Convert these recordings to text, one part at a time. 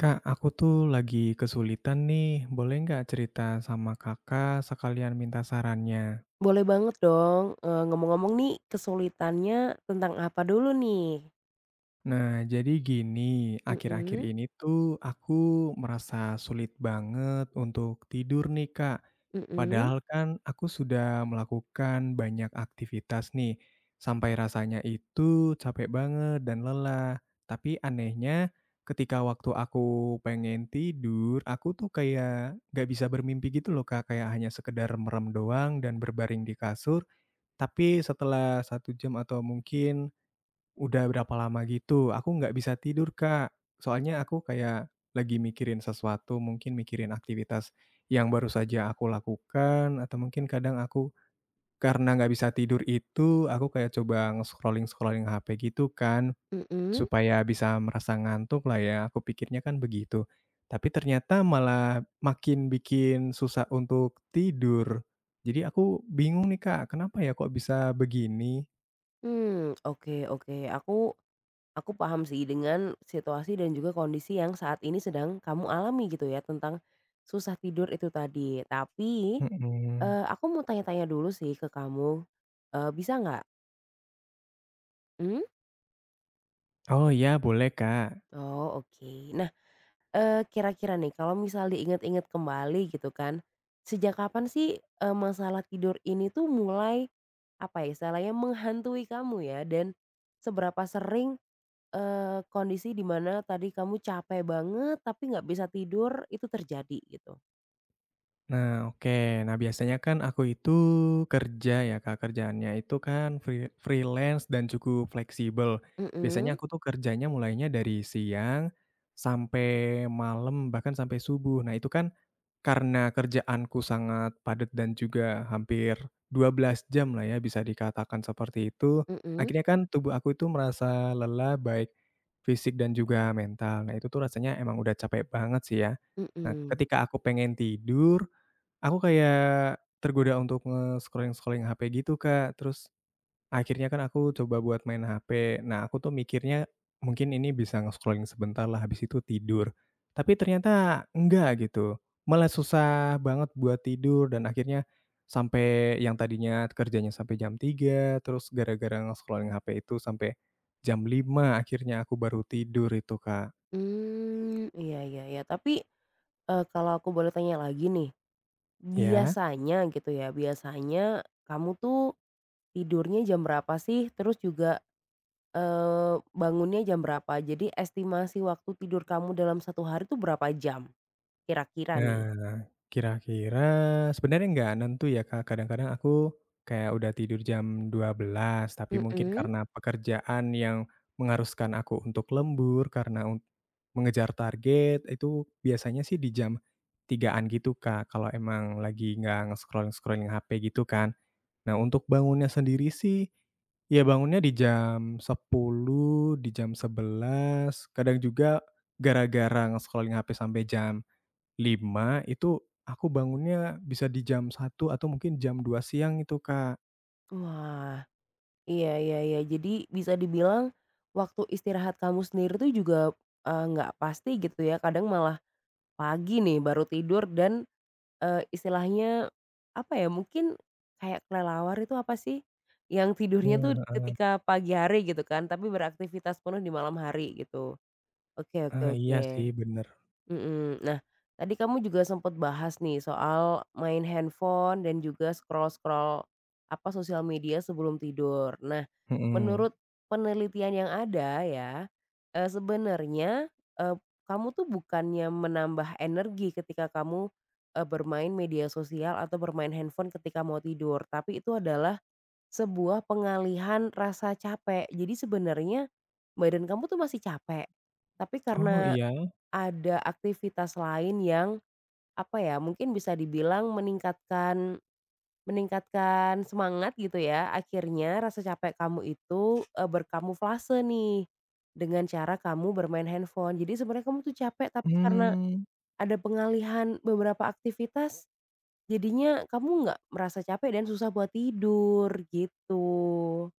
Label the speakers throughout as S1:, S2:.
S1: Kak, aku tuh lagi kesulitan nih. Boleh nggak cerita sama kakak sekalian minta sarannya?
S2: Boleh banget dong, ngomong-ngomong nih kesulitannya tentang apa dulu nih?
S1: Nah, jadi gini, akhir-akhir
S2: Mhm,
S1: ini tuh aku merasa sulit banget untuk tidur nih, Kak.
S2: mhm,
S1: Padahal kan aku sudah melakukan banyak aktivitas nih, sampai rasanya itu capek banget dan lelah. Tapi anehnya, ketika waktu aku pengen tidur, aku tuh kayak nggak bisa bermimpi gitu loh, Kak. Kayak hanya sekedar merem doang dan berbaring di kasur. Tapi setelah 1 jam atau mungkin udah berapa lama gitu, aku nggak bisa tidur, Kak. Soalnya aku kayak lagi mikirin sesuatu, mungkin mikirin aktivitas yang baru saja aku lakukan, atau mungkin kadang aku karena nggak bisa tidur itu, aku kayak coba nge-scrolling-scrolling HP gitu kan,
S2: mhm.
S1: supaya bisa merasa ngantuk lah ya, aku pikirnya kan begitu. Tapi ternyata malah makin bikin susah untuk tidur. Jadi aku bingung nih, Kak, kenapa ya kok bisa begini?
S2: Oke, oke, aku paham sih dengan situasi dan juga kondisi yang saat ini sedang kamu alami gitu ya tentang susah tidur itu tadi. Tapi,
S1: Mhm.
S2: aku mau tanya-tanya dulu sih ke kamu, bisa nggak? Mmm.
S1: Oh, iya boleh, Kak.
S2: Oh, oke. Kira-kira nih kalau misal diingat-ingat kembali gitu kan, sejak kapan sih, masalah tidur ini tuh mulai, apa ya, istilahnya menghantui kamu ya? Dan seberapa sering, kondisi dimana tadi kamu capek banget tapi nggak bisa tidur itu terjadi gitu?
S1: Nah, oke. Nah, biasanya kan aku itu kerja ya, Kak, kerjaannya itu kan freelance dan cukup fleksibel. Biasanya
S2: Mhm,
S1: aku tuh kerjanya mulainya dari siang sampai malam, bahkan sampai subuh. Nah, itu kan karena kerjaanku sangat padat dan juga hampir 12 jam lah ya bisa dikatakan seperti itu,
S2: mhm,
S1: akhirnya kan tubuh aku itu merasa lelah baik fisik dan juga mental. Nah itu tuh rasanya emang udah capek banget sih ya. Nah
S2: mhm.
S1: ketika aku pengen tidur, aku kayak tergoda untuk nge-scrolling-scrolling HP gitu Kak, terus akhirnya kan aku coba buat main HP. Nah, aku tuh mikirnya mungkin ini bisa nge-scrolling sebentar lah habis itu tidur. Tapi ternyata enggak gitu. Malah susah banget buat tidur dan akhirnya sampai yang tadinya kerjanya sampai jam 3, terus gara-gara nge-scrolling HP itu sampai jam 5, akhirnya aku baru tidur itu, Kak.
S2: Hmm, iya, iya, iya. Tapi, kalau aku boleh tanya lagi nih,
S1: Ya.
S2: biasanya gitu ya, biasanya kamu tuh tidurnya jam berapa sih? Terus juga bangunnya jam berapa? Jadi estimasi waktu tidur kamu dalam satu hari itu berapa jam kira-kira nih?
S1: Nah, kira-kira sebenarnya nggak nentu ya, Kak. Kadang-kadang aku kayak udah tidur jam 12 tapi mungkin
S2: Mhm.
S1: karena pekerjaan yang mengharuskan aku untuk lembur, karena mengejar target, itu biasanya sih di jam 3-an gitu, Kak, kalau emang lagi nggak nge-scrolling-scrolling HP gitu kan. Nah, untuk bangunnya sendiri sih, ya bangunnya di jam 10 di jam 11 kadang juga gara-gara nge-scrolling HP sampai jam 5 itu aku bangunnya bisa di jam 1 atau mungkin jam 2 siang itu, Kak.
S2: Wah, iya, iya, iya. Jadi bisa dibilang waktu istirahat kamu sendiri tuh juga, nggak pasti gitu ya, kadang malah pagi nih baru tidur dan, istilahnya apa ya, mungkin kayak kelelawar itu apa sih? Yang tidurnya
S1: Heeh
S2: tuh
S1: heeh.
S2: ketika pagi hari gitu kan, tapi beraktivitas penuh di malam hari gitu. Oke, oke,
S1: Ah, iya sih
S2: oke.
S1: bener.
S2: Mhm. Nah, tadi kamu juga sempat bahas nih soal main handphone dan juga scroll-scroll, apa, sosial media sebelum tidur. Nah,
S1: Mhm.
S2: menurut penelitian yang ada ya, sebenarnya, eee, kamu tuh bukannya menambah energi ketika kamu, bermain media sosial atau bermain handphone ketika mau tidur, tapi itu adalah sebuah pengalihan rasa capek. Jadi sebenarnya badan kamu tuh masih capek, tapi
S1: Oh
S2: karena
S1: iya?
S2: ada aktivitas lain yang, apa ya, mungkin bisa dibilang meningkatkan meningkatkan semangat gitu ya, akhirnya rasa capek kamu itu, berkamuflase nih, dengan cara kamu bermain handphone. Jadi sebenarnya kamu tuh capek, tapi karena
S1: Mmm.
S2: ada pengalihan beberapa aktivitas, jadinya kamu nggak merasa capek dan susah buat tidur, gitu.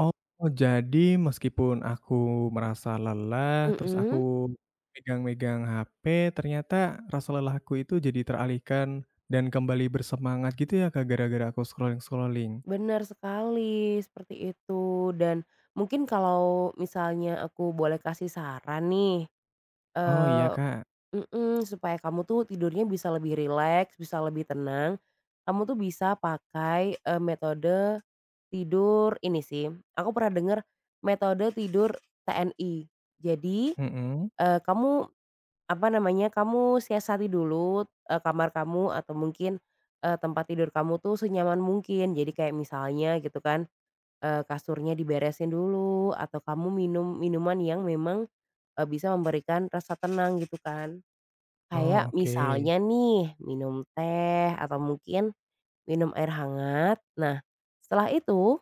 S1: Oh, jadi meskipun aku merasa lelah, terus aku
S2: Mhm?
S1: megang-megang HP, ternyata rasa lelahku itu jadi teralihkan dan kembali bersemangat gitu ya, Kak, gara-gara aku scrolling-scrolling?
S2: Benar sekali, seperti itu. Dan mungkin kalau misalnya aku boleh kasih saran nih,
S1: Oh iya,
S2: eee
S1: Kak.
S2: mhm, supaya kamu tuh tidurnya bisa lebih rileks, bisa lebih tenang, kamu tuh bisa pakai, metode tidur ini sih, aku pernah dengar metode tidur TNI. Jadi,
S1: Mhm.
S2: kamu, apa namanya, kamu siasati dulu, kamar kamu atau mungkin, tempat tidur kamu tuh senyaman mungkin. Jadi kayak misalnya gitu kan, kasurnya diberesin dulu atau kamu minum minuman yang memang, bisa memberikan rasa tenang gitu kan.
S1: Oh,
S2: Kayak
S1: oke.
S2: misalnya nih minum teh atau mungkin minum air hangat. Nah setelah itu,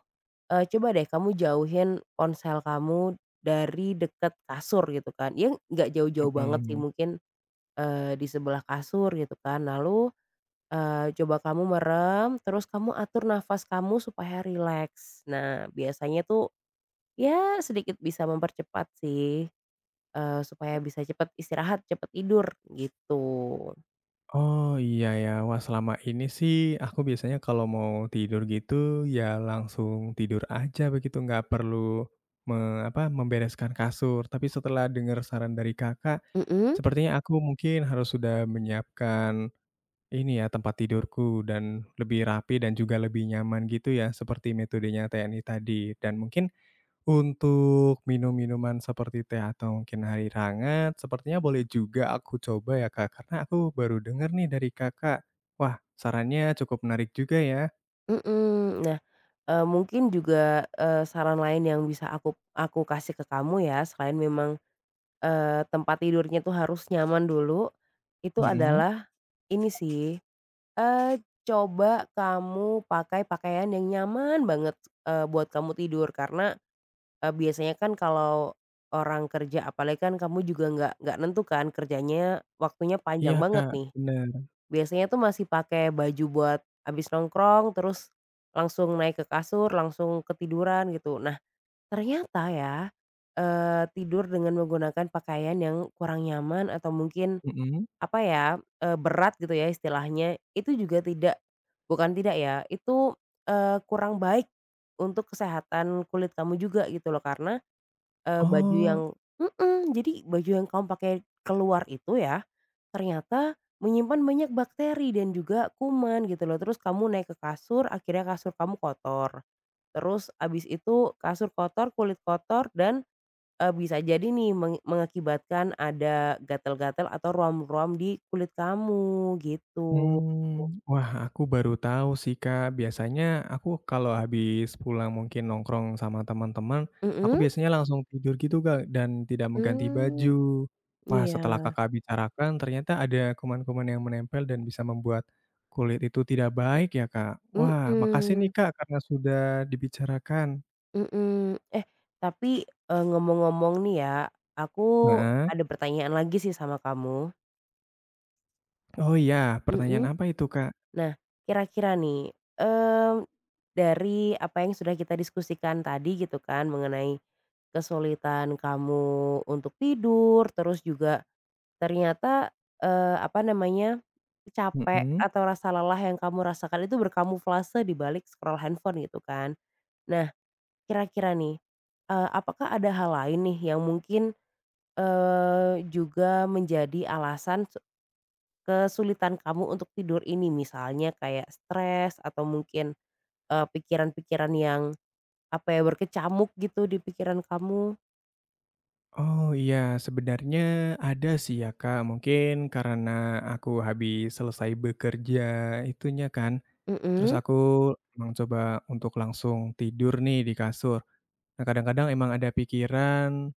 S2: coba deh kamu jauhin ponsel kamu dari dekat kasur gitu kan. Ya nggak jauh-jauh banget sih
S1: Mhm.
S2: mungkin, di sebelah kasur gitu kan. Lalu, coba kamu merem terus kamu atur nafas kamu supaya rileks. Nah biasanya tuh ya sedikit bisa mempercepat sih, supaya bisa cepet istirahat, cepet tidur gitu.
S1: Oh, iya ya. Wah, selama ini sih aku biasanya kalau mau tidur gitu ya langsung tidur aja begitu, nggak perlu me apa, membereskan kasur. Tapi setelah dengar saran dari Kakak,
S2: Mhm.
S1: sepertinya aku mungkin harus sudah menyiapkan ini ya, tempat tidurku dan lebih rapi dan juga lebih nyaman gitu ya, seperti metodenya TNI tadi. Dan mungkin untuk minum-minuman seperti teh atau mungkin air hangat sepertinya boleh juga aku coba ya, Kak, karena aku baru dengar nih dari Kakak. Wah, sarannya cukup menarik juga ya.
S2: Mhm. Nah, mungkin juga, saran lain yang bisa aku kasih ke kamu ya selain memang, tempat tidurnya tuh harus nyaman dulu, itu
S1: Mhm.
S2: adalah ini sih, eee, coba kamu pakai pakaian yang nyaman banget, buat kamu tidur karena biasanya kan kalau orang kerja apalagi kan kamu juga nggak nentu kan kerjanya waktunya panjang
S1: Iya,
S2: banget
S1: Kak,
S2: nih.
S1: bener.
S2: Biasanya tuh masih pakai baju buat abis nongkrong terus langsung naik ke kasur, langsung ketiduran gitu. Nah ternyata ya, tidur dengan menggunakan pakaian yang kurang nyaman atau mungkin
S1: Mhm.
S2: apa ya, berat gitu ya istilahnya, itu juga tidak ya, itu, kurang baik untuk kesehatan kulit kamu juga gitu loh. Karena baju yang
S1: Oh.
S2: mhm, jadi baju yang kamu pakai keluar itu ya, ternyata menyimpan banyak bakteri dan juga kuman gitu loh. Terus kamu naik ke kasur, akhirnya kasur kamu kotor. Terus habis itu kasur kotor, kulit kotor dan, bisa jadi nih mengakibatkan ada gatal-gatal atau ruam-ruam di kulit kamu gitu.
S1: Mmm, wah aku baru tahu sih Kak, biasanya aku kalau habis pulang mungkin nongkrong sama teman-teman, aku
S2: Mhm?
S1: biasanya langsung tidur gitu Kak, dan tidak mengganti baju.
S2: Mmm,
S1: Wah setelah
S2: iya,
S1: Kakak bicarakan ternyata ada kuman-kuman yang menempel dan bisa membuat kulit itu tidak baik ya Kak. Wah makasih nih
S2: mhm.
S1: Kak, karena sudah dibicarakan.
S2: Mhm, eh, tapi, ngomong-ngomong nih ya, aku
S1: Heeh.
S2: ada pertanyaan lagi sih sama kamu.
S1: Oh iya, pertanyaan
S2: Mhm.
S1: apa itu Kak?
S2: Nah, kira-kira nih, mmm, dari apa yang sudah kita diskusikan tadi gitu kan mengenai kesulitan kamu untuk tidur, terus juga ternyata, apa namanya, capek
S1: Mhm.
S2: atau rasa lelah yang kamu rasakan itu berkamuflase di balik scroll handphone gitu kan. Nah, kira-kira nih, apakah ada hal lain nih yang mungkin juga menjadi alasan kesulitan kamu untuk tidur ini misalnya kayak stres atau mungkin, pikiran-pikiran yang, apa ya, berkecamuk gitu di pikiran kamu?
S1: Oh iya, sebenarnya ada sih ya Kak, mungkin karena aku habis selesai bekerja itunya kan, terus
S2: Mhm,
S1: aku emang coba untuk langsung tidur nih di kasur. Nah kadang-kadang emang ada pikiran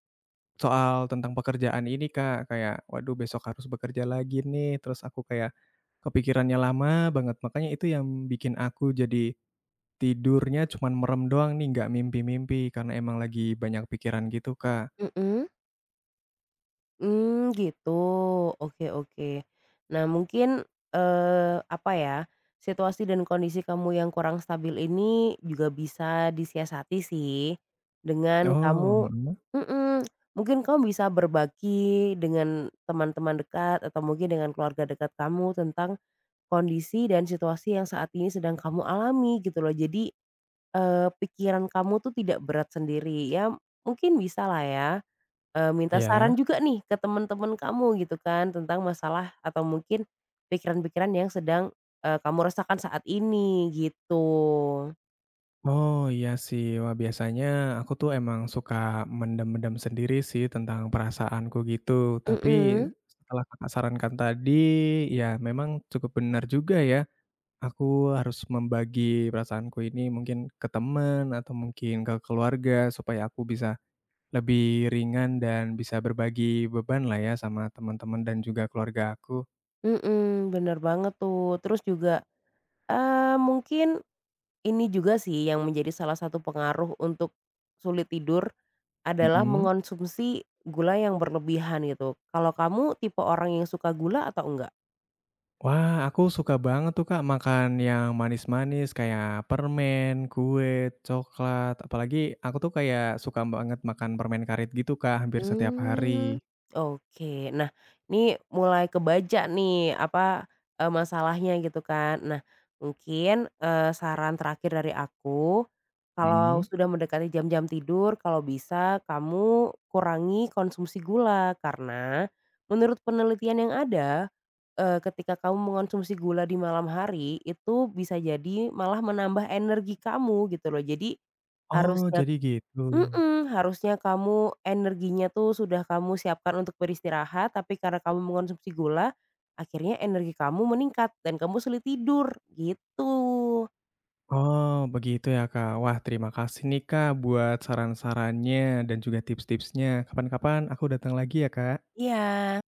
S1: soal tentang pekerjaan ini Kak, kayak waduh besok harus bekerja lagi nih, terus aku kayak kepikirannya lama banget, makanya itu yang bikin aku jadi tidurnya cuman merem doang nih, nggak mimpi-mimpi karena emang lagi banyak pikiran gitu Kak.
S2: mhm. Hmm, gitu. Oke, oke. Nah mungkin, eh apa ya, situasi dan kondisi kamu yang kurang stabil ini juga bisa disiasati sih dengan
S1: Oh,
S2: kamu
S1: mhm,
S2: mhm, mungkin kamu bisa berbagi dengan teman-teman dekat atau mungkin dengan keluarga dekat kamu tentang kondisi dan situasi yang saat ini sedang kamu alami gitu loh. Jadi, pikiran kamu tuh tidak berat sendiri ya, mungkin bisa lah ya. Minta
S1: iya.
S2: saran juga nih ke temen-temen kamu gitu kan tentang masalah atau mungkin pikiran-pikiran yang sedang, kamu rasakan saat ini gitu.
S1: Oh, iya sih. Wah, biasanya aku tuh emang suka mendem-mendem sendiri sih tentang perasaanku gitu. Tapi
S2: Mhm.
S1: setelah Kakak sarankan tadi, ya memang cukup benar juga ya. Aku harus membagi perasaanku ini mungkin ke teman atau mungkin ke keluarga supaya aku bisa lebih ringan dan bisa berbagi beban lah ya sama teman-teman dan juga keluarga aku.
S2: Mhm, bener banget tuh terus juga, mungkin ini juga sih yang menjadi salah satu pengaruh untuk sulit tidur adalah
S1: Mhm.
S2: mengonsumsi gula yang berlebihan gitu. Kalau kamu tipe orang yang suka gula atau enggak?
S1: Wah, aku suka banget tuh, Kak, makan yang manis-manis kayak permen, kue, coklat, apalagi aku tuh kayak suka banget makan permen karet gitu, Kak, hampir setiap hari.
S2: Mmm, oke. Nah, ini mulai kebaca nih, apa, masalahnya gitu kan. Nah, mungkin, saran terakhir dari aku, kalau
S1: Mhm.
S2: sudah mendekati jam-jam tidur, kalau bisa kamu kurangi konsumsi gula. Karena menurut penelitian yang ada, ketika kamu mengonsumsi gula di malam hari, itu bisa jadi malah menambah energi kamu gitu loh. Jadi
S1: Oh,
S2: harusnya
S1: jadi gitu.
S2: mhm, harusnya kamu energinya tuh sudah kamu siapkan untuk beristirahat, tapi karena kamu mengonsumsi gula, akhirnya energi kamu meningkat dan kamu sulit tidur, gitu.
S1: Oh, begitu ya, Kak. Wah, terima kasih nih, Kak, buat saran-sarannya dan juga tips-tipsnya. Kapan-kapan aku datang lagi ya, Kak.
S2: Iya.